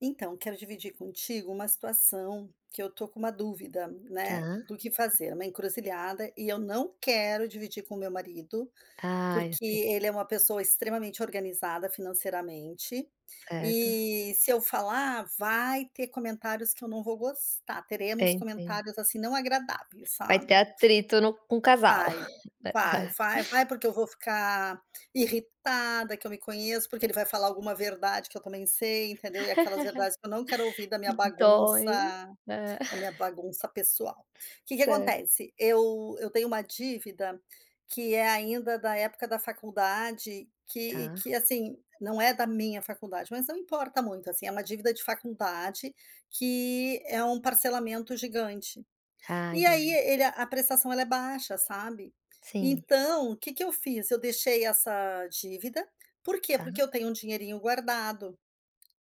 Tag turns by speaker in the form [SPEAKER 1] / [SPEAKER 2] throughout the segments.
[SPEAKER 1] Então, quero dividir contigo uma situação que eu tô com uma dúvida, né,
[SPEAKER 2] Tá.
[SPEAKER 1] do que fazer, uma encruzilhada, e eu não quero dividir com o meu marido,
[SPEAKER 2] Ah,
[SPEAKER 1] porque
[SPEAKER 2] entendi,
[SPEAKER 1] ele é uma pessoa extremamente organizada financeiramente,
[SPEAKER 2] certo.
[SPEAKER 1] e se eu falar, vai ter comentários que eu não vou gostar, teremos
[SPEAKER 2] Entendi.
[SPEAKER 1] comentários, assim, não agradáveis,
[SPEAKER 2] Vai ter
[SPEAKER 1] sabe?
[SPEAKER 2] atrito no com o casal.
[SPEAKER 1] Vai,
[SPEAKER 2] Vai,
[SPEAKER 1] vai,
[SPEAKER 2] tá.
[SPEAKER 1] vai, vai, porque eu vou ficar irritada, que eu me conheço, porque ele vai falar alguma verdade que eu também sei, entendeu? E aquelas verdades que eu não quero ouvir
[SPEAKER 2] Que dó, hein. É.
[SPEAKER 1] da minha bagunça pessoal. O que que
[SPEAKER 2] Certo.
[SPEAKER 1] acontece? Eu tenho uma dívida que é ainda da época da faculdade, que
[SPEAKER 2] Tá.
[SPEAKER 1] que, assim, não é da minha faculdade, mas não importa muito, assim, é uma dívida de faculdade que é um parcelamento gigante.
[SPEAKER 2] Ah,
[SPEAKER 1] E aí
[SPEAKER 2] entendi.
[SPEAKER 1] ele a prestação ela é baixa, sabe.
[SPEAKER 2] Sim,
[SPEAKER 1] Então, o que que eu fiz? Eu deixei essa dívida, por quê? Porque
[SPEAKER 2] tá.
[SPEAKER 1] eu tenho um dinheirinho guardado.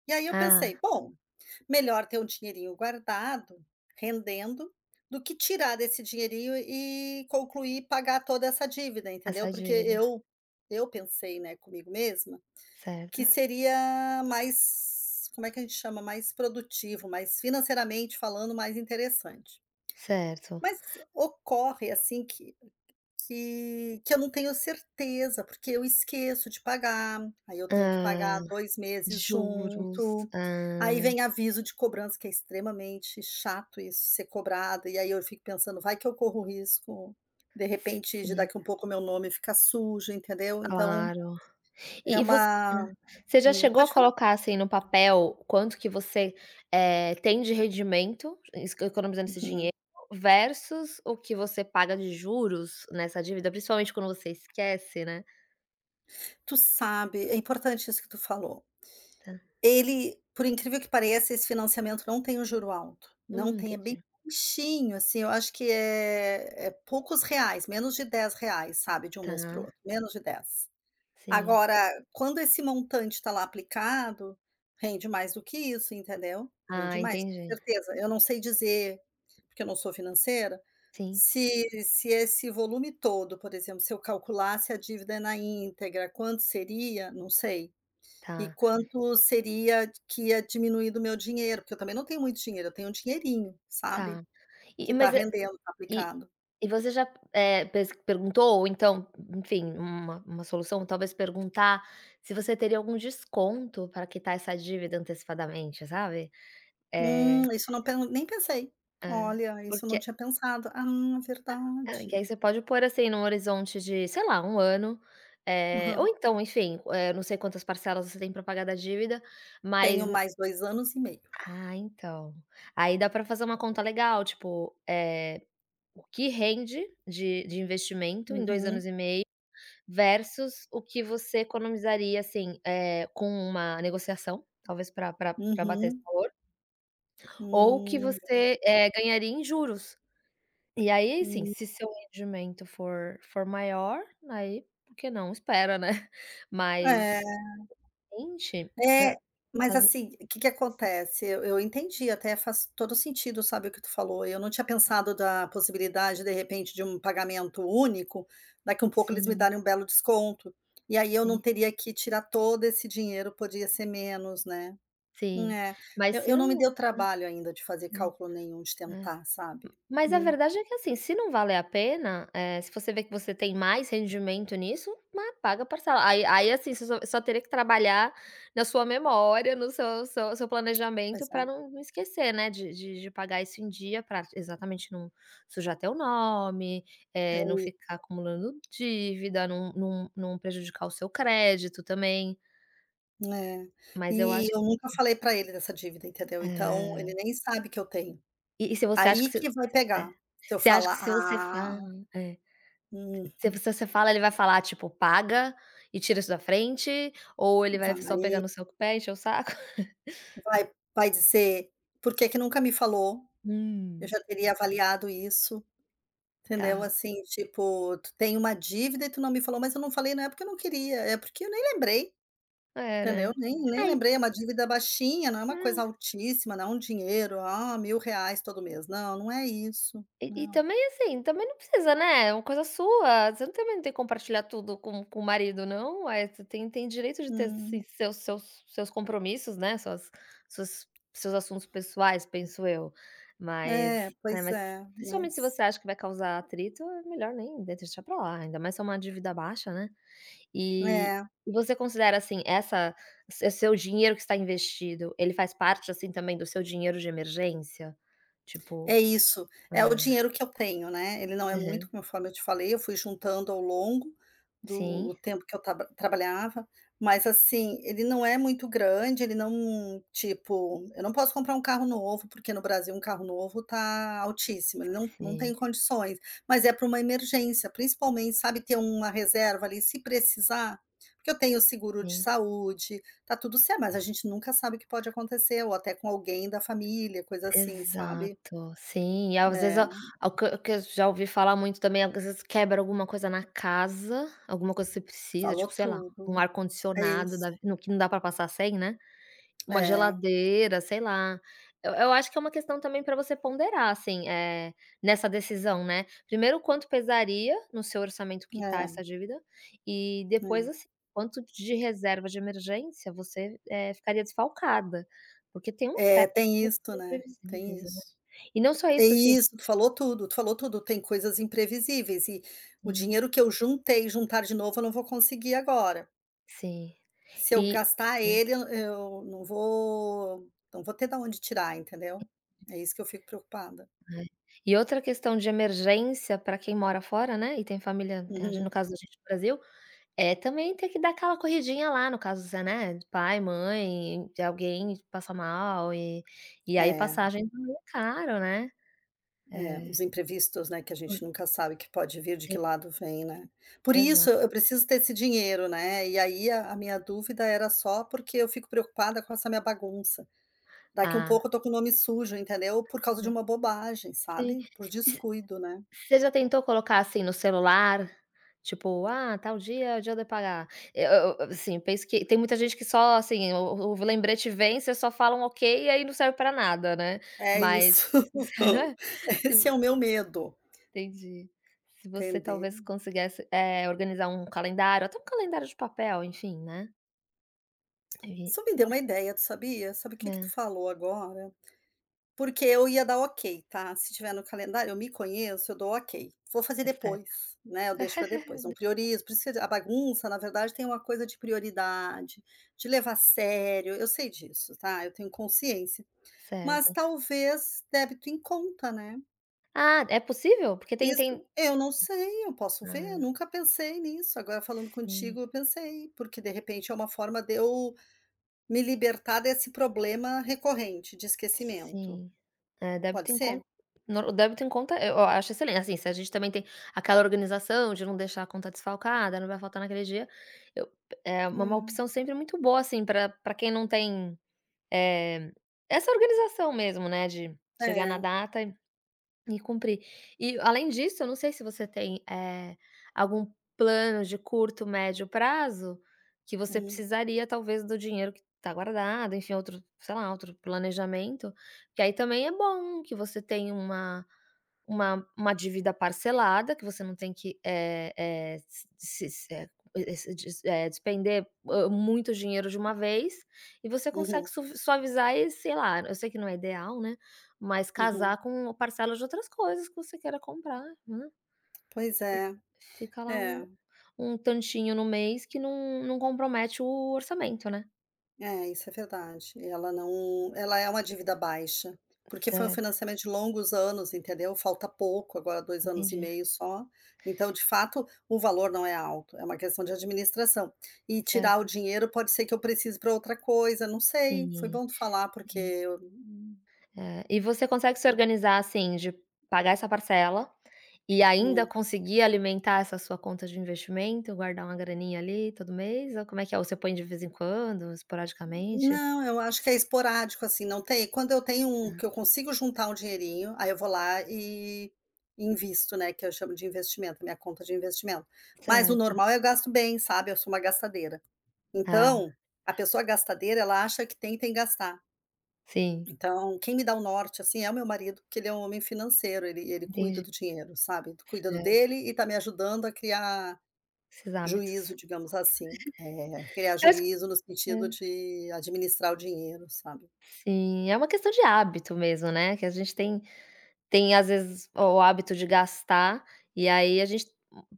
[SPEAKER 1] E aí eu
[SPEAKER 2] Ah,
[SPEAKER 1] pensei: "Bom, melhor ter um dinheirinho guardado, rendendo, do que tirar desse dinheirinho e concluir pagar toda essa dívida", entendeu.
[SPEAKER 2] essa
[SPEAKER 1] Porque
[SPEAKER 2] dívida.
[SPEAKER 1] eu pensei, né, comigo mesma,
[SPEAKER 2] Certo,
[SPEAKER 1] que seria mais como é que a gente chama? Mais produtivo, mais financeiramente falando, mais interessante.
[SPEAKER 2] certo.
[SPEAKER 1] Mas ocorre, assim, que eu não tenho certeza, porque eu esqueço de pagar, aí eu tenho que
[SPEAKER 2] Hã,
[SPEAKER 1] pagar 2 meses
[SPEAKER 2] juros.
[SPEAKER 1] junto, aí
[SPEAKER 2] Hã,
[SPEAKER 1] vem aviso de cobrança, que é extremamente chato isso, ser cobrado. E aí eu fico pensando: "Vai que eu corro risco, de repente, de
[SPEAKER 2] sim,
[SPEAKER 1] daqui um pouco meu nome ficar sujo", entendeu. Então
[SPEAKER 2] claro.
[SPEAKER 1] é
[SPEAKER 2] E você hã.
[SPEAKER 1] uma
[SPEAKER 2] Você já chegou a
[SPEAKER 1] pode falar?
[SPEAKER 2] colocar, assim, no papel quanto que você, tem de rendimento, es economizando esse
[SPEAKER 1] Uhum.
[SPEAKER 2] dinheiro, versus o que você paga de juros nessa dívida, principalmente quando você esquece, né.
[SPEAKER 1] Tu sabe, é importante isso que tu falou.
[SPEAKER 2] Tá.
[SPEAKER 1] Ele, por incrível que pareça, esse financiamento não tem um juro alto, não tem, é bem
[SPEAKER 2] Entendi.
[SPEAKER 1] baixinho, assim, eu acho que é poucos reais, menos de dez reais, sabe, de um mês para o outro,
[SPEAKER 2] Tá,
[SPEAKER 1] menos de 10.
[SPEAKER 2] sim.
[SPEAKER 1] Agora, quando esse montante está lá aplicado, rende mais do que isso, entendeu?
[SPEAKER 2] Ah,
[SPEAKER 1] Rende mais, com
[SPEAKER 2] entendi.
[SPEAKER 1] certeza. Eu não sei dizer, porque eu não sou financeira,
[SPEAKER 2] Sim,
[SPEAKER 1] se esse volume todo, por exemplo, se eu calculasse a dívida na íntegra, quanto seria? Não sei. E
[SPEAKER 2] tá,
[SPEAKER 1] quanto seria que ia diminuir do meu dinheiro, porque eu também não tenho muito dinheiro, eu tenho um dinheirinho, sabe,
[SPEAKER 2] tá.
[SPEAKER 1] que
[SPEAKER 2] E
[SPEAKER 1] está
[SPEAKER 2] mas eh,
[SPEAKER 1] rendendo, tá
[SPEAKER 2] E
[SPEAKER 1] aplicado.
[SPEAKER 2] e você já, eh, pes perguntou? Ou então, enfim, uma solução, talvez perguntar se você teria algum desconto para quitar essa dívida antecipadamente, sabe. Eh,
[SPEAKER 1] Isso eu não pen nem pensei.
[SPEAKER 2] é,
[SPEAKER 1] Olha, isso eu não
[SPEAKER 2] Porque
[SPEAKER 1] tinha pensado. Ah,
[SPEAKER 2] que aí
[SPEAKER 1] verdade.
[SPEAKER 2] você pode pôr, assim, num horizonte de, sei lá, um ano, ou
[SPEAKER 1] Aham.
[SPEAKER 2] então, enfim, não sei quantas parcelas você tem para pagar da dívida, mas
[SPEAKER 1] Tenho mais dois anos e meio.
[SPEAKER 2] ah, então. Aí dá para fazer uma conta legal, tipo, o que rende de investimento em 2 anos
[SPEAKER 1] Uhum,
[SPEAKER 2] e meio. Versus o que você economizaria, assim, com uma negociação, talvez pra bater esse
[SPEAKER 1] uhum.
[SPEAKER 2] valor, ou o que
[SPEAKER 1] Hum,
[SPEAKER 2] você, ganharia em juros. E aí, assim,
[SPEAKER 1] hum.
[SPEAKER 2] se seu rendimento for maior, aí por que não? Espera, né.
[SPEAKER 1] É.
[SPEAKER 2] Mas, gente, a
[SPEAKER 1] É, mas
[SPEAKER 2] as
[SPEAKER 1] assim, o que que acontece? Eu entendi, até faz todo sentido, sabe, o que tu falou. Eu não tinha pensado da possibilidade, de repente, de um pagamento único, daqui um pouco eles me
[SPEAKER 2] sim,
[SPEAKER 1] darem um belo desconto, e aí eu não
[SPEAKER 2] sim,
[SPEAKER 1] teria que tirar todo esse dinheiro, podia ser menos, né.
[SPEAKER 2] sim.
[SPEAKER 1] É,
[SPEAKER 2] Mas
[SPEAKER 1] eu
[SPEAKER 2] se
[SPEAKER 1] eu não me dei o
[SPEAKER 2] não
[SPEAKER 1] trabalho ainda de fazer
[SPEAKER 2] sim,
[SPEAKER 1] cálculo nenhum, de
[SPEAKER 2] é.
[SPEAKER 1] tentar, sabe.
[SPEAKER 2] Mas a
[SPEAKER 1] Hum,
[SPEAKER 2] verdade é que, assim, se não vale a pena, se você vê que você tem mais rendimento nisso, ma paga a parcela. Aí, assim, você só teria que trabalhar na sua memória, no seu seu planejamento
[SPEAKER 1] pois é,
[SPEAKER 2] para não esquecer, né, de pagar isso em dia para exatamente não sujar teu nome,
[SPEAKER 1] é
[SPEAKER 2] não
[SPEAKER 1] isso.
[SPEAKER 2] ficar acumulando dívida, não prejudicar o seu crédito também.
[SPEAKER 1] É.
[SPEAKER 2] Mas eu
[SPEAKER 1] E
[SPEAKER 2] acho
[SPEAKER 1] eu
[SPEAKER 2] que
[SPEAKER 1] nunca falei para ele dessa dívida, entendeu. Então,
[SPEAKER 2] é.
[SPEAKER 1] ele nem sabe que eu tenho.
[SPEAKER 2] E se você acha que
[SPEAKER 1] Aí
[SPEAKER 2] se
[SPEAKER 1] que vai
[SPEAKER 2] é.
[SPEAKER 1] pegar. Se eu
[SPEAKER 2] Você acha que
[SPEAKER 1] falar:
[SPEAKER 2] se você
[SPEAKER 1] "Ah,
[SPEAKER 2] fala é.
[SPEAKER 1] hum,
[SPEAKER 2] Se você fala, ele vai falar, tipo: "Paga e tira isso da frente", ou ele vai só pegar
[SPEAKER 1] vai
[SPEAKER 2] no seu pé, encher o saco?
[SPEAKER 1] vai dizer: "Por que que nunca me falou?
[SPEAKER 2] Hum.
[SPEAKER 1] Eu já teria avaliado isso", entendeu?
[SPEAKER 2] Tá.
[SPEAKER 1] Assim, tipo: "Tu tem uma dívida e tu não me falou", mas eu não falei não é porque eu não queria, é porque eu nem lembrei,
[SPEAKER 2] É,
[SPEAKER 1] entendeu?
[SPEAKER 2] né.
[SPEAKER 1] Nem
[SPEAKER 2] Ah, e
[SPEAKER 1] lembrei, é uma dívida baixinha, não é uma coisa
[SPEAKER 2] hã,
[SPEAKER 1] altíssima, não é um dinheiro, ah, 1.000 reais todo mês, não, não é isso,
[SPEAKER 2] e
[SPEAKER 1] não.
[SPEAKER 2] também, assim, também não precisa, né, é uma coisa sua, você também não tem que compartilhar tudo com o marido, não. Ué, você tem direito de ter, assim,
[SPEAKER 1] Hum,
[SPEAKER 2] seus compromissos, né, suas suas seus assuntos pessoais, penso eu.
[SPEAKER 1] é,
[SPEAKER 2] Mas, né,
[SPEAKER 1] pois
[SPEAKER 2] mas
[SPEAKER 1] é,
[SPEAKER 2] principalmente se você
[SPEAKER 1] mas
[SPEAKER 2] acha que vai causar atrito, é melhor nem de deixar pra lá, ainda mais se é uma dívida baixa, né. E
[SPEAKER 1] é.
[SPEAKER 2] Você considera, assim, essa se seu dinheiro que está investido, ele faz parte, assim, também do seu dinheiro de emergência? Tipo
[SPEAKER 1] É isso, é o
[SPEAKER 2] ah,
[SPEAKER 1] dinheiro que eu tenho, né, ele não é
[SPEAKER 2] aham.
[SPEAKER 1] muito, conforme eu te falei, eu fui juntando ao longo do
[SPEAKER 2] Sim,
[SPEAKER 1] tempo que eu trabalhava, mas assim, ele não é muito grande, ele não tipo, eu não posso comprar um carro novo, porque no Brasil um carro novo tá altíssimo, ele não
[SPEAKER 2] sim,
[SPEAKER 1] tem condições, mas é para uma emergência, principalmente, sabe, ter uma reserva ali se precisar, porque eu tenho seguro de
[SPEAKER 2] sim.
[SPEAKER 1] saúde, tá tudo certo, mas a gente nunca sabe o que pode acontecer, ou até com alguém da família, coisa assim, sabe.
[SPEAKER 2] Exato. Sim, e às vezes
[SPEAKER 1] É,
[SPEAKER 2] a o que eu já ouvi falar muito também, às vezes quebra alguma coisa na casa, alguma coisa que você precisa,
[SPEAKER 1] falou
[SPEAKER 2] tipo, sei lá, um
[SPEAKER 1] tudo. É
[SPEAKER 2] ar-condicionado
[SPEAKER 1] isso.
[SPEAKER 2] da no que não dá pra passar sem, né. Uma
[SPEAKER 1] É,
[SPEAKER 2] geladeira, sei lá. Eu acho que é uma questão também para você ponderar, assim, é nessa decisão, né. Primeiro, quanto pesaria no seu orçamento quitar
[SPEAKER 1] é,
[SPEAKER 2] essa dívida, e depois,
[SPEAKER 1] é.
[SPEAKER 2] assim, quanto de reserva de emergência você, ficaria desfalcada, porque tem um
[SPEAKER 1] É,
[SPEAKER 2] certo
[SPEAKER 1] tem isso, né, tem
[SPEAKER 2] imprevisíveis, né.
[SPEAKER 1] isso.
[SPEAKER 2] E não só
[SPEAKER 1] É
[SPEAKER 2] isso, assim
[SPEAKER 1] isso, tu falou tudo, tem coisas imprevisíveis e o
[SPEAKER 2] sim,
[SPEAKER 1] dinheiro que eu juntei, juntar de novo eu não vou conseguir agora.
[SPEAKER 2] sim.
[SPEAKER 1] Se eu
[SPEAKER 2] E
[SPEAKER 1] gastar
[SPEAKER 2] aham.
[SPEAKER 1] ele, eu não vou ter da onde tirar, entendeu. É isso que eu fico preocupada.
[SPEAKER 2] E outra questão de emergência para quem mora fora, né, e tem família, no
[SPEAKER 1] Uhum.
[SPEAKER 2] caso da gente no Brasil, é, também tem que dar aquela corridinha lá, no caso, se é, né, pai, mãe, de alguém passa mal e aí
[SPEAKER 1] É.
[SPEAKER 2] passagem também é caro, né.
[SPEAKER 1] É,
[SPEAKER 2] É,
[SPEAKER 1] os imprevistos, né, que a gente nunca sabe que pode vir, de que lado vem, né. Por
[SPEAKER 2] exato.
[SPEAKER 1] isso eu preciso ter esse dinheiro, né, e aí a minha dúvida era só porque eu fico preocupada com essa minha bagunça. Daqui um
[SPEAKER 2] Ah,
[SPEAKER 1] pouco eu tô com o nome sujo, entendeu, por causa de
[SPEAKER 2] é,
[SPEAKER 1] uma bobagem,
[SPEAKER 2] sim.
[SPEAKER 1] sabe, por descuido, né.
[SPEAKER 2] E você já tentou colocar, assim, no celular? Tipo: "Ah, tal dia é o dia de eu pagar". Eu assim, penso que tem muita gente que só, assim, o lembrete vem, você só fala um "ok" e aí não serve pra nada, né.
[SPEAKER 1] É
[SPEAKER 2] Mas,
[SPEAKER 1] isso.
[SPEAKER 2] né,
[SPEAKER 1] Esse é
[SPEAKER 2] se.
[SPEAKER 1] o meu medo,
[SPEAKER 2] Entendi. Se você
[SPEAKER 1] entender.
[SPEAKER 2] talvez conseguisse, organizar um calendário, até um calendário de papel, enfim, né. E
[SPEAKER 1] Isso me deu uma ideia, tu sabia? Sabe o que que tu
[SPEAKER 2] é,
[SPEAKER 1] falou agora? Porque eu ia dar ok, tá. Se tiver no calendário, eu me conheço, eu dou ok. Vou fazer
[SPEAKER 2] é certo,
[SPEAKER 1] depois, né, eu deixo para depois, não priorizo. Por isso que a bagunça, na verdade, tem uma coisa de prioridade, de levar a sério, eu sei disso, tá, eu tenho consciência. Mas
[SPEAKER 2] certo.
[SPEAKER 1] talvez débito em conta, né.
[SPEAKER 2] Ah, é possível? Porque tem
[SPEAKER 1] Isso eu não sei, eu posso ver,
[SPEAKER 2] ah,
[SPEAKER 1] nunca pensei nisso. Agora falando
[SPEAKER 2] sim,
[SPEAKER 1] contigo, eu pensei, porque de repente é uma forma de eu me libertar desse problema recorrente de esquecimento.
[SPEAKER 2] sim. É,
[SPEAKER 1] Pode
[SPEAKER 2] débito em
[SPEAKER 1] ser?
[SPEAKER 2] conta no o débito em conta eu acho excelente, assim, se a gente também tem aquela organização de não deixar a conta desfalcada, não vai faltar naquele dia, eu é uma
[SPEAKER 1] Hum,
[SPEAKER 2] opção sempre muito boa, assim, para quem não tem, eh, essa organização mesmo, né, de chegar na
[SPEAKER 1] é.
[SPEAKER 2] data e cumprir. E além disso, eu não sei se você tem, algum plano de curto, médio prazo, que você
[SPEAKER 1] Uhum,
[SPEAKER 2] precisaria talvez do dinheiro que está guardado, enfim, outro, sei lá, outro planejamento, que aí também é bom que você tenha uma uma dívida parcelada que você não tem que, eh eh, se se eh se des eh, despender, hã, muito dinheiro de uma vez, e você consegue
[SPEAKER 1] uhum,
[SPEAKER 2] suv suavizar e, sei lá, eu sei que não é ideal, né, mas
[SPEAKER 1] uhum.
[SPEAKER 2] casar com parcelas de outras coisas que você queira comprar, né.
[SPEAKER 1] Pois
[SPEAKER 2] E
[SPEAKER 1] é,
[SPEAKER 2] fica lá um
[SPEAKER 1] é,
[SPEAKER 2] tantinho no mês que não compromete o orçamento, né.
[SPEAKER 1] é, isso é verdade. Ela não Ela é uma dívida baixa, porque foi um
[SPEAKER 2] Certo,
[SPEAKER 1] financiamento de longos anos, entendeu? Falta pouco, agora dois anos e
[SPEAKER 2] entendi.
[SPEAKER 1] meio só. Então, de fato, o valor não é alto, é uma questão de administração. E tirar
[SPEAKER 2] Certo.
[SPEAKER 1] o dinheiro pode ser que eu precise para outra coisa, não sei. Foi
[SPEAKER 2] Sim.
[SPEAKER 1] bom tu falar, porque
[SPEAKER 2] Sim.
[SPEAKER 1] eu
[SPEAKER 2] É. E você consegue se organizar, assim, de pagar essa parcela e ainda
[SPEAKER 1] hum.
[SPEAKER 2] conseguir alimentar essa sua conta de investimento, guardar uma graninha ali todo mês, ou como é que é? Ou você põe de vez em quando, esporadicamente?
[SPEAKER 1] Não, eu acho que é esporádico, assim, não tem quando eu tenho um
[SPEAKER 2] Ah,
[SPEAKER 1] que eu consigo juntar um dinheirinho, aí eu vou lá e invisto, né, que eu chamo de investimento, minha conta de investimento. Mas o
[SPEAKER 2] certo.
[SPEAKER 1] normal é eu gasto bem, sabe, eu sou uma gastadeira.
[SPEAKER 2] Ah,
[SPEAKER 1] Então, a pessoa gastadeira, ela acha que tem e tem que gastar.
[SPEAKER 2] sim,
[SPEAKER 1] Então, quem me dá o norte, assim, é o meu marido, que ele é um homem financeiro, ele
[SPEAKER 2] entendi.
[SPEAKER 1] cuida do dinheiro, sabe, cuida do
[SPEAKER 2] É,
[SPEAKER 1] dele e tá me ajudando a criar
[SPEAKER 2] esses hábitos.
[SPEAKER 1] juízo, digamos assim. Eh, criar
[SPEAKER 2] Eu acho
[SPEAKER 1] juízo
[SPEAKER 2] que
[SPEAKER 1] no
[SPEAKER 2] é,
[SPEAKER 1] sentido de administrar o dinheiro, sabe.
[SPEAKER 2] sim, é uma questão de hábito mesmo, né, que a gente tem às vezes o hábito de gastar, e aí a gente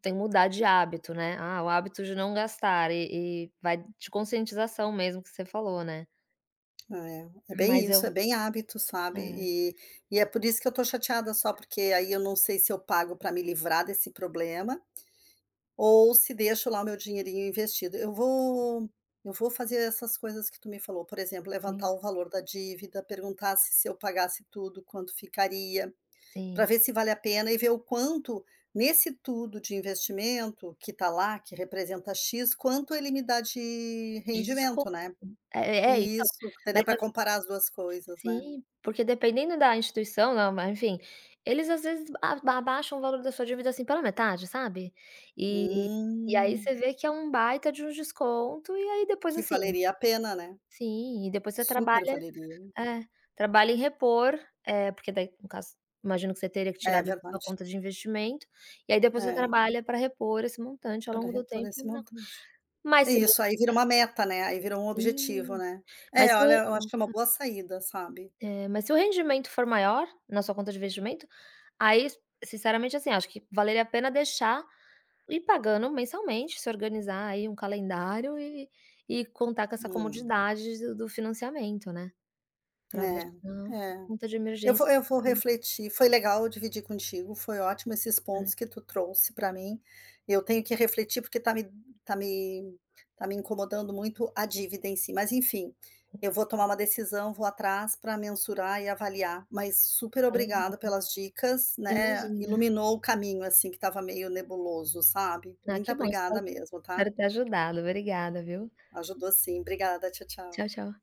[SPEAKER 2] tem que mudar de hábito, né. Ah, o hábito de não gastar e vai de conscientização mesmo que você falou, né.
[SPEAKER 1] É, é bem
[SPEAKER 2] Mas
[SPEAKER 1] isso,
[SPEAKER 2] eu
[SPEAKER 1] é bem hábito, sabe.
[SPEAKER 2] é,
[SPEAKER 1] E é por isso que eu tô chateada só, porque aí eu não sei se eu pago para me livrar desse problema, ou se deixo lá o meu dinheirinho investido. Eu vou fazer essas coisas que tu me falou, por exemplo,
[SPEAKER 2] sim,
[SPEAKER 1] levantar o valor da dívida, perguntar se eu pagasse tudo, quanto ficaria, para
[SPEAKER 2] sim.
[SPEAKER 1] ver se vale a pena e ver o quanto nesse tudo de investimento que tá lá, que representa "X", quanto ele me dá de
[SPEAKER 2] Desesco
[SPEAKER 1] rendimento, né.
[SPEAKER 2] é então,
[SPEAKER 1] Isso, entendeu?
[SPEAKER 2] mas
[SPEAKER 1] Para comparar as 2 coisas, né.
[SPEAKER 2] assim, porque dependendo da instituição, não, mas enfim, eles às vezes abaixam o valor da sua dívida, assim, pela metade, sabe. E e aí
[SPEAKER 1] Hum,
[SPEAKER 2] você vê que é um baita de um desconto e aí depois,
[SPEAKER 1] que
[SPEAKER 2] assim,
[SPEAKER 1] valeria a pena, né.
[SPEAKER 2] sim, e depois você trabalha
[SPEAKER 1] Super valeria.
[SPEAKER 2] é, trabalha em repor, porque daí no caso, imagino que você teria que tirar
[SPEAKER 1] É
[SPEAKER 2] da sua
[SPEAKER 1] verdade.
[SPEAKER 2] conta de investimento, e aí depois você
[SPEAKER 1] É,
[SPEAKER 2] trabalha pra repor esse montante ao
[SPEAKER 1] para
[SPEAKER 2] longo do
[SPEAKER 1] repor
[SPEAKER 2] tempo
[SPEAKER 1] esse
[SPEAKER 2] na
[SPEAKER 1] montante.
[SPEAKER 2] mas
[SPEAKER 1] É
[SPEAKER 2] se o
[SPEAKER 1] isso, aí vira uma meta, né, aí vira um objetivo,
[SPEAKER 2] sim,
[SPEAKER 1] né.
[SPEAKER 2] mas
[SPEAKER 1] É,
[SPEAKER 2] se o
[SPEAKER 1] olha, eu acho que é uma boa saída, sabe.
[SPEAKER 2] É, mas se o rendimento for maior na sua conta de investimento, aí, sinceramente, assim, acho que valeria a pena deixar ir pagando mensalmente, se organizar aí um calendário e contar com essa
[SPEAKER 1] Hum,
[SPEAKER 2] comodidade do financiamento, né, para deixar a
[SPEAKER 1] é, é.
[SPEAKER 2] conta de
[SPEAKER 1] Eu
[SPEAKER 2] emergência
[SPEAKER 1] vou eu vou
[SPEAKER 2] sempre.
[SPEAKER 1] refletir. Foi legal dividir contigo, foi ótimo esses pontos que tu trouxe para mim. Eu tenho que refletir, porque tá me tá me incomodando muito a dívida em si, mas enfim, eu vou tomar uma decisão, vou atrás para mensurar e avaliar, mas super
[SPEAKER 2] Ah, legal.
[SPEAKER 1] obrigada pelas dicas, né,
[SPEAKER 2] Imagina.
[SPEAKER 1] iluminou o caminho, assim, que estava meio nebuloso, sabe.
[SPEAKER 2] Ah,
[SPEAKER 1] Muito
[SPEAKER 2] que bom,
[SPEAKER 1] obrigada mesmo, tá.
[SPEAKER 2] espero ter ajudado. Obrigada, viu.
[SPEAKER 1] Ajudou sim. Obrigada. Tchau, tchau.
[SPEAKER 2] Tchau, tchau.